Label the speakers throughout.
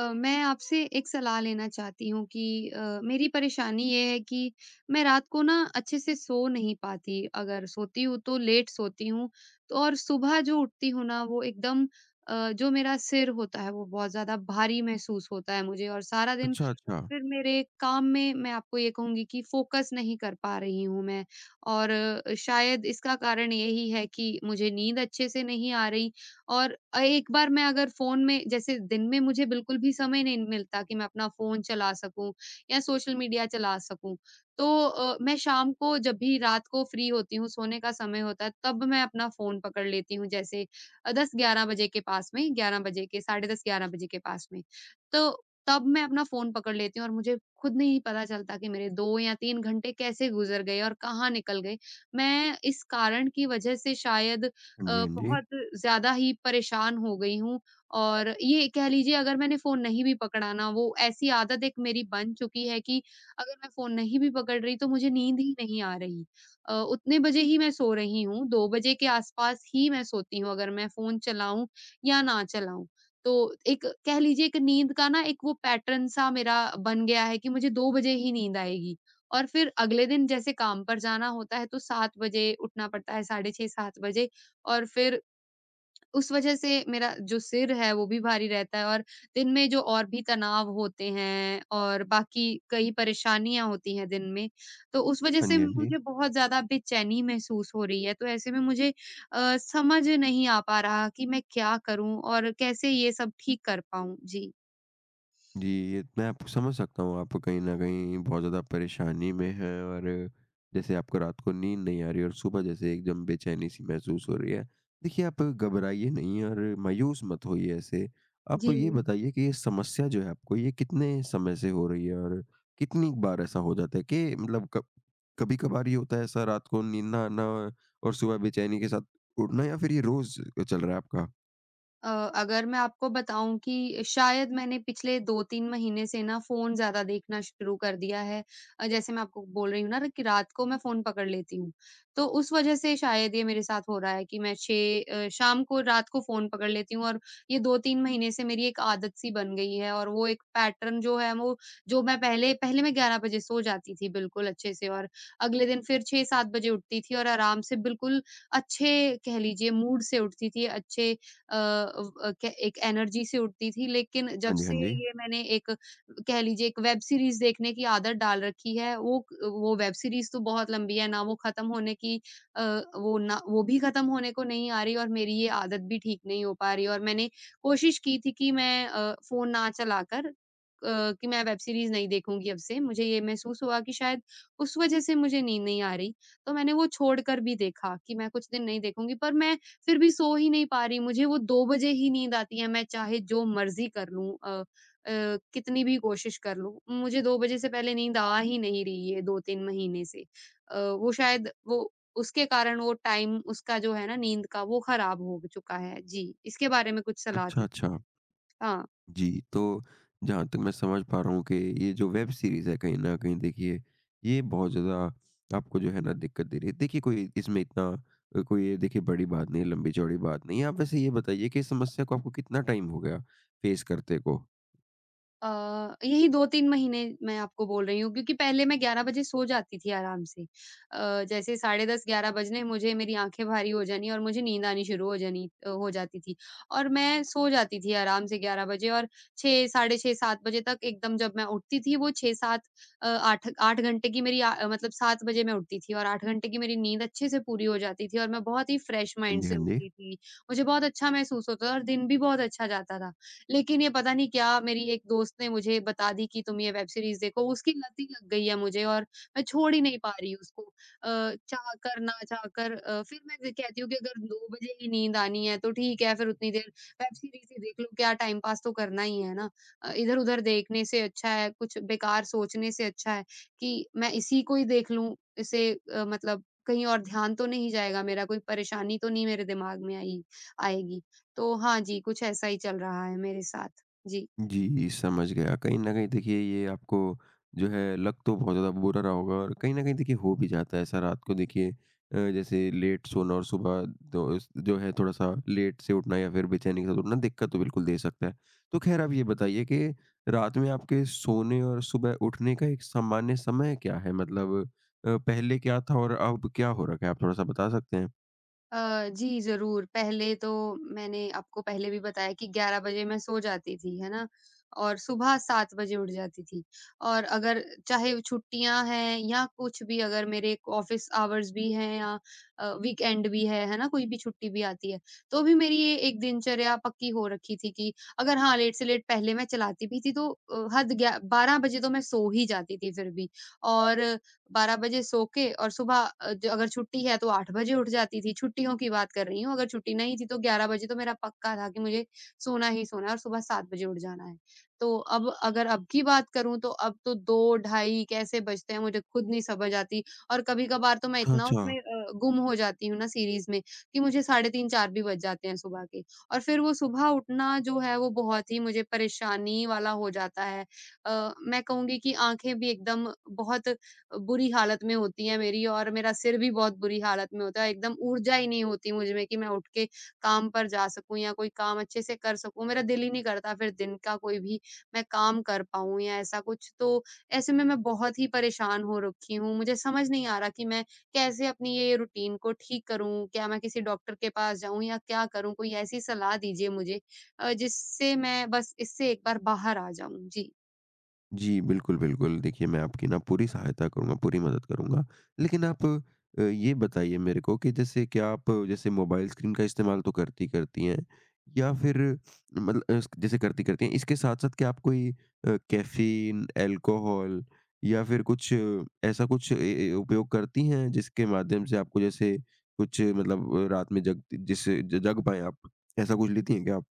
Speaker 1: मैं आपसे एक सलाह लेना चाहती हूँ कि मेरी परेशानी ये है कि मैं रात को ना अच्छे से सो नहीं पाती। अगर सोती हूँ तो लेट सोती हूँ तो और सुबह जो उठती हूँ ना वो एकदम जो मेरा सिर होता है वो बहुत ज़्यादा भारी महसूस होता है मुझे और सारा दिन
Speaker 2: अच्छा, अच्छा।
Speaker 1: फिर मेरे काम में मैं आपको ये कहूँगी कि फ़ोकस नहीं कर पा रही हूँ मैं और शायद इसका कारण यही है कि मुझे नींद अच्छे से नहीं आ रही और एक बार मैं अगर फ़ोन में जैसे दिन में मुझे बिल्कुल भी समय नहीं मिलता कि मैं अपना फ़ोन चला सकूँ या सोशल मीडिया चला सकूँ। तो मैं शाम को जब भी रात को फ्री होती हूँ, सोने का समय होता है, तब मैं अपना फ़ोन पकड़ लेती हूँ जैसे 10-11 बजे के पास में, 11 बजे के, साढ़े 10-11 बजे के पास में। तो तब मैं अपना फ़ोन पकड़ लेती हूँ और मुझे खुद नहीं पता चलता कि मेरे 2 या 3 घंटे कैसे गुज़र गए और कहाँ निकल गए। मैं इस कारण की वज़ह से शायद
Speaker 2: हाँ जी, हाँ जी।
Speaker 1: बहुत ज़्यादा ही परेशान हो गई हूँ और ये कह लीजिए अगर मैंने फ़ोन नहीं भी पकड़ा ना, वो ऐसी आदत एक मेरी बन चुकी है कि अगर मैं फ़ोन नहीं भी पकड़ रही तो मुझे नींद ही नहीं आ रही। उतने बजे ही मैं सो रही हूँ, 2 बजे के आस-पास ही मैं सोती हूँ अगर मैं फ़ोन चलाऊँ या ना चलाऊँ। तो एक कह लीजिए एक नींद का ना एक वो पैटर्न सा मेरा बन गया है कि मुझे 2 बजे ही नींद आएगी और फिर अगले दिन जैसे काम पर जाना होता है तो 7 बजे उठना पड़ता है, साढ़े 6-7 बजे और फिर उस वजह से मेरा जो सिर है वो भी भारी रहता है और दिन में जो और भी तनाव होते हैं और बाकी कई परेशानियाँ होती हैं दिन में, तो उस वजह
Speaker 2: हाँ
Speaker 1: से
Speaker 2: जी, हाँ जी।
Speaker 1: मुझे बहुत ज़्यादा बेचैनी महसूस हो रही है। तो ऐसे में मुझे समझ नहीं आ पा रहा कि मैं क्या करूँ और कैसे ये सब ठीक कर पाऊँ? जी।
Speaker 2: जी, ये मैं आपको समझ सकता हूँ, आप कहीं न कहीं बहुत ज़्यादा परेशानी में हैं और जैसे आपको रात को नींद नहीं आ रही और सुबह जैसे एकदम बेचैनी-सी महसूस हो रही है। देखिए, आप घबराइए नहीं और मायूस मत होइए ऐसे। आप
Speaker 1: जी
Speaker 2: ये बताइए कि ये समस्या जो है आपको, ये कितने समय से हो रही है और कितनी बार ऐसा हो जाता है कि मतलब कब कभी-कभार ये होता है ऐसा, रात को नींद ना आना और सुबह बेचैनी के साथ उठना, या फिर ये रोज़ चल रहा है आपका?
Speaker 1: अ, अगर मैं आपको बताऊँ कि शायद मैंने पिछले 2-3 महीने से ना फ़ोन ज़्यादा देखना शुरू कर दिया है। जैसे मैं आपको बोल रही हूँ ना कि रात को मैं फ़ोन पकड़ लेती हूँ। तो उस वज़ह से शायद ये मेरे साथ हो रहा है कि मैं 6 शाम को रात को फ़ोन पकड़ लेती हूँ और ये 2-3 महीने से मेरी एक आदत सी बन गई है और वो एक पैटर्न जो है वो जो मैं पहले पहले मैं 11 बजे सो जाती थी बिल्कुल अच्छे से और अगले दिन फिर 6-7 बजे उठती थी और आराम से बिल्कुल अच्छे कह लीजिए मूड से उठती थी, अच्छे अ, व अ, क एक एनर्जी से उठती थी, लेकिन जब
Speaker 2: हाँ जी, हाँ
Speaker 1: से
Speaker 2: जी।
Speaker 1: ये मैंने एक कह लीजिए एक वेब सीरीज़ देखने की आदत डाल रखी है, वो वेब सीरीज़ तो बहुत लंबी है, ना वो खत्म होने की अ, वो भी खत्म होने को नहीं आ रही और मेरी ये आदत भी ठीक नहीं हो पा रही और मैंने कोशिश की थी कि मैं फ़ोन ना चलाकर कि मैं वेब सीरीज़ नहीं देखूँगी अब से, मुझे ये महसूस हुआ कि शायद उस वज़ह से मुझे नींद नहीं आ रही, तो मैंने वो छोड़कर भी देखा कि मैं कुछ दिन नहीं देखूँगी पर मैं फिर भी सो ही नहीं पा रही, मुझे वो 2 बजे ही नींद आती है, मैं चाहे जो मर्ज़ी कर लूँ अ, कितनी भी कोशिश कर लूँ, मुझे 2 बजे से पहले नींद आ ही नहीं रही है 2-3 महीने से। वो शायद वो उसके कारण वो टाइम उसका जो है ना नींद का वो ख़राब हो चुका है। जी, इसके बारे में कुछ सलाह
Speaker 2: अच्छा,
Speaker 1: दीजिए।
Speaker 2: अच्छा।
Speaker 1: हाँ।
Speaker 2: जी, तो जहाँ तक मैं समझ पा रहा हूँ कि ये जो वेब सीरीज़ है कहीं न कहीं देखिए, ये बहुत ज़्यादा आपको जो है ना दिक्कत दे रही है। देखिए, कोई इसमें इतना कोई ये देखिए बड़ी बात नहीं है, लंबी-चौड़ी बात नहीं है। आप वैसे ये बताइए कि इस समस्या को आपको कितना टाइम हो गया फेस करते को?
Speaker 1: अ, यही 2-3 महीने मैं आपको बोल रही हूँ क्योंकि पहले मैं 11 बजे सो जाती थी आराम से। जैसे साढ़े 10 11 बजने मुझे मेरी आँखें भारी हो जानी और मुझे नींद आनी शुरू हो जानी हो जाती थी और मैं सो जाती थी आराम से 11 बजे और 6 साढ़े 6 7 बजे तक एकदम जब मैं उठती थी वो 6-7 अ, 8 घंटे की मेरी मतलब 7 बजे मैं उठती थी और 8 घंटे की मेरी नींद अच्छे से पूरी हो जाती थी और मैं बहुत ही फ्रेश
Speaker 2: हाँ
Speaker 1: माइंड
Speaker 2: जी,
Speaker 1: से
Speaker 2: हाँ जी।
Speaker 1: उठती थी। मुझे बहुत अच्छा महसूस होता था और दिन भी बहुत अच्छा जाता था। लेकिन ये पता नहीं क्या मेरी एक दोस्त ने मुझे बता दी कि तुम ये वेब सीरीज़ देखो, उसकी लत ही लग गई है मुझे और मैं छोड़ ही नहीं पा रही उसको। चाह कर ना चाह कर फिर मैं ज कहती हूँ कि अगर 2 बजे ही नींद आनी है तो ठीक है, फिर उतनी देर वेब सीरीज़ ही देख लो, क्या टाइम पास तो करना ही है ना। इधर-उधर देखने से अच्छा है, कुछ बेकार सोचने से अच्छा है कि मैं इसी को ही देख लूँ, इसे मतलब कहीं और ध्यान तो नहीं जाएगा मेरा, कोई परेशानी तो नहीं मेरे दिमाग में आई आएगी। तो हाँ जी, कुछ ऐसा ही चल रहा है मेरे साथ। जी।
Speaker 2: जी, समझ गया। कहीं न कहीं देखिए ये आपको जो है लग तो बहुत ज़्यादा बुरा रहा होगा, और कहीं न कहीं देखिए हो भी जाता है ऐसा। रात को देखिए जैसे लेट सोना और सुबह तो स जो है थोड़ा-सा लेट से उठना या फिर बेचैनी के साथ उठना, दिक्कत तो बिल्कुल दे सकता है। तो ख़ैर, आप ये बताइए कि रात में आपके सोने और सुबह उठने का एक सामान्य समय क्या है? मतलब, पहले क्या था और अब क्या हो रखा है? आप थोड़ा-सा बता सकते हैं?
Speaker 1: जी ज़रूर, पहले तो मैंने आपको पहले भी बताया कि 11 बजे मैं सो जाती थी, है ना? और सुबह 7 बजे उठ जाती थी और अगर चाहे छुट्टियाँ हैं या कुछ भी अगर मेरे ऑफ़िस आवर्स भी हैं या वीकेंड भी है ना? कोई भी छुट्टी भी आती है, तो भी मेरी ये एक दिनचर्या पक्की हो रखी थी कि अगर हाँ, लेट से लेट पहले मैं चलाती भी थी तो हद ग्या 12 बजे तो मैं सो ही जाती थी फिर भी और 12 बजे सो के और सुबह अ, ज अगर छुट्टी है तो 8 बजे उठ जाती थी, छुट्टियों की बात कर रही हूँ, अगर छुट्टी नहीं थी तो 11 बजे तो मेरा पक्का था कि मुझे सोना ही सोना है और सुबह 7 बजे उठ जाना है। तो अब अगर अब की बात करूँ तो अब तो 2 ढाई कैसे बजते हैं मुझे खुद नहीं समझ आती और कभी-कभार तो मैं
Speaker 2: अच्छा,
Speaker 1: इतना
Speaker 2: अच्छा।
Speaker 1: उसमें गुम हो जाती हूँ ना सीरीज़ में कि मुझे साढ़े 3 4 भी बज जाते हैं सुबह के और फिर वो सुबह उठना जो है वो बहुत ही मुझे परेशानी वाला हो जाता है। मैं कहूँगी कि आँखें भी एकदम बहुत बुरी हालत में होती है मेरी और मेरा सिर भी बहुत बुरी हालत में होता है, एकदम ऊर्जा ही नहीं होती मुझ में कि मैं उठ के काम पर जा सकूँ या कोई काम अच्छे से कर सकूँ। मेरा दिल ही नहीं करता फिर दिन का कोई भी मैं काम कर पाऊँ या ऐसा कुछ। तो ऐसे में मैं बहुत ही परेशान हो रखी हूँ। मुझे समझ नहीं आ रहा कि मैं कैसे अपनी ये रूटीन को ठीक करूँ? क्या मैं किसी डॉक्टर के पास जाऊँ या क्या करूँ? कोई ऐसी सलाह दीजिए मुझे जिससे मैं बस इससे एक बार बाहर आ जाऊँ। जी।
Speaker 2: जी, बिल्कुल, बिल्कुल। देखिए, मैं आपकी ना पूरी सहायता करूँगा, पूरी मदद करूँगा। लेकिन आप ये बताइए मेरे को कि जैसे क्या आप जैसे मोबाइल स्क्रीन का इस्तेमाल तो करती-करती हैं, या फिर मतलब जैसे करती-करती हैं, इसके साथ-साथ क्या आप कोई कैफ़ीन, अल्कोहल या फिर कुछ ऐसा कुछ ए ए उपयोग करती हैं, जिसके माध्यम से आपको जैसे कुछ मतलब रात में जग जिससे ज जग पाएँ आप? ऐसा कुछ लेती हैं क्या आप?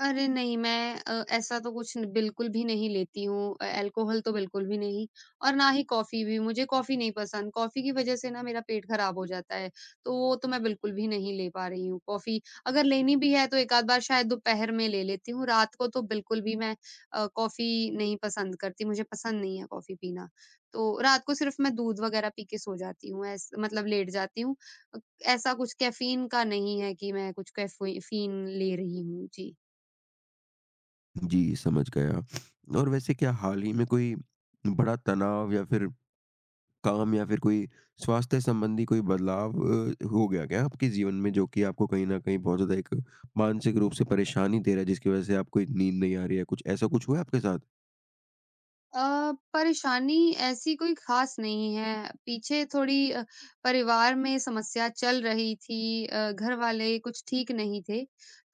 Speaker 1: अरे नहीं, मैं ऐसा तो कुछ न बिल्कुल भी नहीं लेती हूँ। अल्कोहल तो बिल्कुल भी नहीं और ना ही कॉफ़ी भी, मुझे कॉफ़ी नहीं पसंद। कॉफ़ी की वज़ह से ना मेरा पेट ख़राब हो जाता है, तो वो तो मैं बिल्कुल भी नहीं ले पा रही हूँ कॉफ़ी। अगर लेनी भी है तो एक आध बार शायद दोपहर में ले लेती हूँ, रात को तो बिल्कुल भी मैं कॉफ़ी नहीं पसंद करती, मुझे पसंद नहीं है कॉफ़ी पीना। तो रात को सिर्फ़ मैं दूध वग़ैरह पी के सो जाती हूँ, ऐस मतलब लेट जाती हूँ। अ, ऐसा कुछ कैफ़ीन का नहीं है कि मैं कुछ कैफ़ी फ़ीन ले रही हूँ। जी।
Speaker 2: जी, समझ गया। और वैसे क्या हाल ही में कोई बड़ा तनाव या फिर काम या फिर कोई स्वास्थ्य संबंधी कोई बदलाव हो गया क्या आपके जीवन में, जो कि आपको कहीं न कहीं बहुत ज़्यादा एक मानसिक रूप से परेशानी दे रहा है, जिसकी वज़ह से आपको नींद नहीं आ रही है? कुछ ऐसा कुछ हुआ है आपके साथ?
Speaker 1: परेशानी ऐसी कोई ख़ास नहीं है, पीछे थोड़ी परिवार में समस्या चल रही थी घर वाले कुछ ठीक नहीं थे,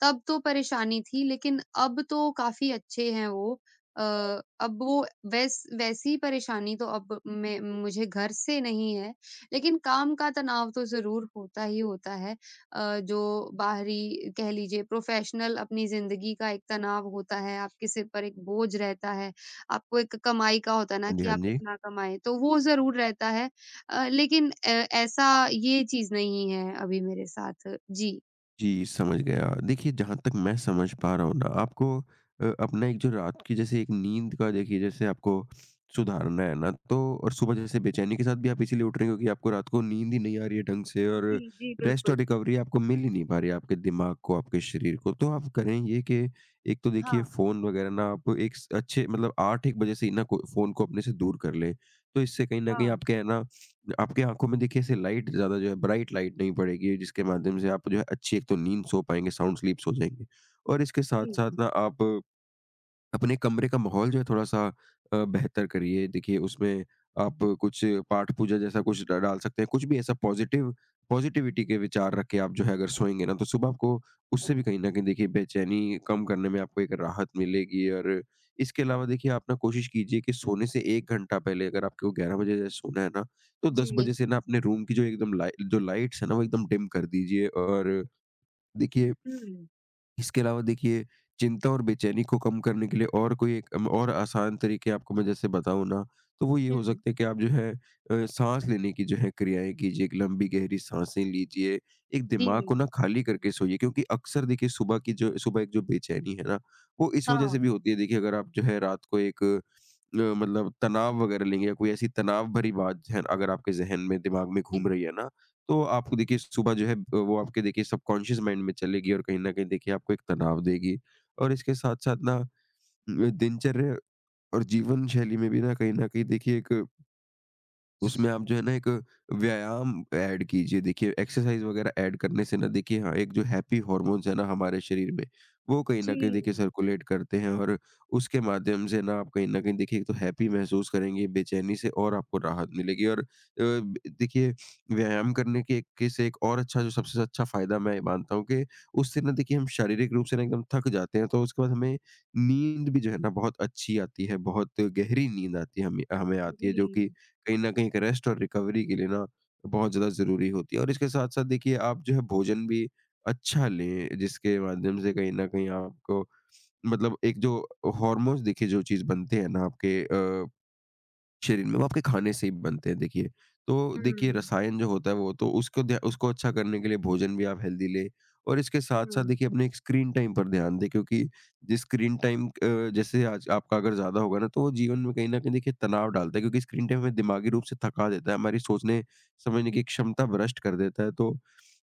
Speaker 1: तब तो परेशानी थी लेकिन अब तो काफ़ी अच्छे हैं वो। अ, अब वो वैसी परेशानी तो अब मैं मुझे घर से नहीं है, लेकिन काम का तनाव तो ज़रूर होता ही होता है। जो बाहरी कह लीजिए प्रोफ़ेशनल अपनी ज़िंदगी का एक तनाव होता है, आपके सिर पर एक बोझ रहता है आपको एक कमाई का होता है ना
Speaker 2: हाँ जी,
Speaker 1: कि
Speaker 2: हाँ
Speaker 1: आप
Speaker 2: जी।
Speaker 1: इतना कमाएँ, तो वो ज़रूर रहता है। लेकिन ऐसा ये चीज़ नहीं है अभी मेरे साथ। जी।
Speaker 2: जी, समझ गया। देखिए, जहाँ तक मैं समझ पा रहा हूँ ना, आपको अपना एक जो रात की जैसे एक नींद का देखिए जैसे आपको सुधारना है ना, तो और सुबह जैसे बेचैनी के साथ भी आप इसीलिए उठ रहे हो क्योंकि आपको रात को नींद ही नहीं आ रही है ढंग से, और
Speaker 1: जी, जी,
Speaker 2: रेस्ट और
Speaker 1: बिल्कुल।
Speaker 2: रिकवरी आपको मिल ही नहीं पा रही है, आपके दिमाग को, आपके शरीर को। तो आप करें ये कि एक तो
Speaker 1: हाँ,
Speaker 2: देखिए फ़ोन वगैरह ना आप एक स अच्छे मतलब 8-1 बजे से ही ना को फ़ोन को अपने से दूर कर लें। तो इससे कहीं न कहीं
Speaker 1: हाँ,
Speaker 2: आपके है ना, आपकी आँखों में देखिए ऐसे लाइट ज़्यादा जो है ब्राइट लाइट नहीं पड़ेगी, जिसके माध्यम से आप जो है अच्छी एक तो नींद सो पाएँगे, साउंड स्लीप्स हो जाएँगे। और इसके
Speaker 1: जी, जी।
Speaker 2: साथ-साथ ना आप अपने कमरे का माहौल जो है थोड़ा-सा बेहतर करिए। देखिए उसमें आप कुछ पाठ पूजा जैसा कुछ ड डाल सकते हैं। कुछ भी ऐसा पॉज़िटिव पॉज़िटिविटी के विचार रख के आप जो है अगर सोएँगे ना, तो सुबह आपको उससे भी कहीं न कहीं देखिए बेचैनी कम करने में आपको एक राहत मिलेगी। और इसके अलावा देखिए आप ना कोशिश कीजिए कि सोने से 1 घंटा पहले, अगर आपको 11 बजे जैसे सोना है ना, तो
Speaker 1: जी।
Speaker 2: 10 बजे से ना अपने रूम की जो एकदम लाइट्स है ना, वो एकदम डिम कर दीजिए। और देखिए,
Speaker 1: हुँ,
Speaker 2: इसके अलावा देखिए चिंता और बेचैनी को कम करने के लिए और कोई एक और आसान तरीके आपको मैं जैसे बताऊँ ना, तो वो ये हो
Speaker 1: हुँ,
Speaker 2: सकता है कि आप जो है साँस लेने की जो है क्रियाएँ कीजिए, एक लंबी गहरी साँसें लीजिए, एक दिमाग
Speaker 1: जी,
Speaker 2: को ना खाली करके सोइए, क्योंकि अक्सर देखिए सुबह की जो सुबह एक जो बेचैनी है ना, वो इस वज़ह से
Speaker 1: हाँ,
Speaker 2: भी होती है देखिए। अगर आप जो है रात को एक मतलब तनाव वगैरह लेंगे, या कोई ऐसी तनाव भरी बात ज़हन अगर आपके ज़हन में, दिमाग में
Speaker 1: जी।
Speaker 2: घूम रही है ना, तो आपको देखिए सुबह जो है वो आपके देखिए सबकॉन्शियस माइंड में चलेगी और कहीं न कहीं देखिए आपको एक तनाव देगी। और इसके साथ-साथ ना दिनचर्या और जीवन शैली में भी ना कहीं न कहीं देखिए एक उसमें आप जो है ना एक व्यायाम ऐड कीजिए। देखिए एक्सरसाइज वगैरह ऐड करने से ना देखिए, हाँ, एक जो हैप्पी हॉर्मोन्स है ना हमारे शरीर में, वो कहीं ना कहीं देखिए
Speaker 1: जी,
Speaker 2: सर्कुलेट करते हैं और उसके माध्यम से ना आप कहीं ना कहीं देखिए एक तो हैप्पी महसूस करेंगे, बेचैनी से और आपको राहत मिलेगी। और देखिए व्यायाम करने के एक- के से एक और अच्छा, जो सबसे अच्छा फायदा मैं ये मानता हूँ कि उससे ना देखिए हम शारीरिक रूप से ना एकदम थक जाते हैं, तो उसके बाद हमें नींद भी जो है ना बहुत अच्छी आती है, बहुत गहरी नींद आती है हमें हमें आती है, जो कि
Speaker 1: जी,
Speaker 2: कहीं न कहीं एक रेस्ट और रिकवरी के लिए ना बहुत ज़्यादा ज़रूरी होती है। और इसके साथ-साथ देखिए आप जो है भोजन भी अच्छा लें, जिसके माध्यम से कहीं न कहीं आपको मतलब एक जो हार्मोन्स देखिए जो चीज़ बनते हैं ना आपके शरीर में, वो आपके खाने से ही बनते हैं देखिए। तो देखिए
Speaker 1: हुँ,
Speaker 2: रसायन जो होता है वो तो उसको ध्या उसको अच्छा करने के लिए भोजन भी आप हेल्दी लें। और इसके साथ-साथ
Speaker 1: हुँ,
Speaker 2: देखिए अपने स्क्रीन टाइम पर ध्यान दें, क्योंकि जिस स्क्रीन टाइम जैसे आज आपका अगर ज़्यादा होगा ना, तो वो जीवन में कहीं न कहीं देखिए तनाव डालता है, क्योंकि स्क्रीन टाइम हमें दिमागी रूप से थका देता है, हमारी सोचने समझने की क्षमता भ्रष्ट कर देता है। तो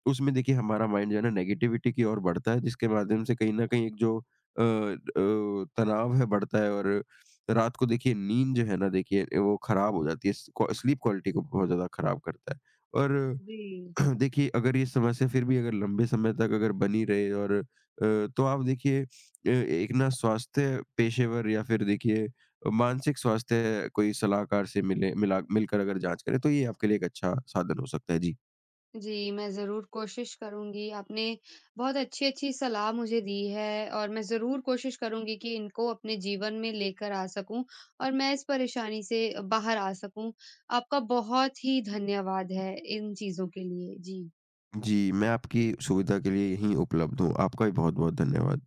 Speaker 2: उसमें देखिए हमारा माइंड जो है ना नेगेटिविटी की ओर बढ़ता है, जिसके माध्यम से कहीं न कहीं एक जो तनाव है बढ़ता है, और रात को देखिए नींद जो है ना देखिए वो खराब हो जाती है। स क्वा स्लीप क्वालिटी को बहुत ज़्यादा खराब करता है। और
Speaker 1: जी।
Speaker 2: देखिए, अगर ये समस्या फिर भी अगर लंबे समय तक अगर बनी रहे और तो आप देखिए एक ना स्वास्थ्य पेशेवर या फिर देखिए मानसिक स्वास्थ्य कोई सलाहकार से मिले मिला मिलकर अगर जाँच करें, तो ये आपके लिए एक अच्छा साधन हो सकता है। जी।
Speaker 1: जी, मैं ज़रूर कोशिश करूँगी। आपने बहुत अच्छी-अच्छी सलाह मुझे दी है और मैं ज़रूर कोशिश करूँगी कि इनको अपने जीवन में लेकर आ सकूँ और मैं इस परेशानी से बाहर आ सकूँ। आपका बहुत ही धन्यवाद है इन चीज़ों के लिए। जी।
Speaker 2: जी, मैं आपकी सुविधा के लिए यहीं उपलब्ध हूँ। आपका भी बहुत-बहुत धन्यवाद।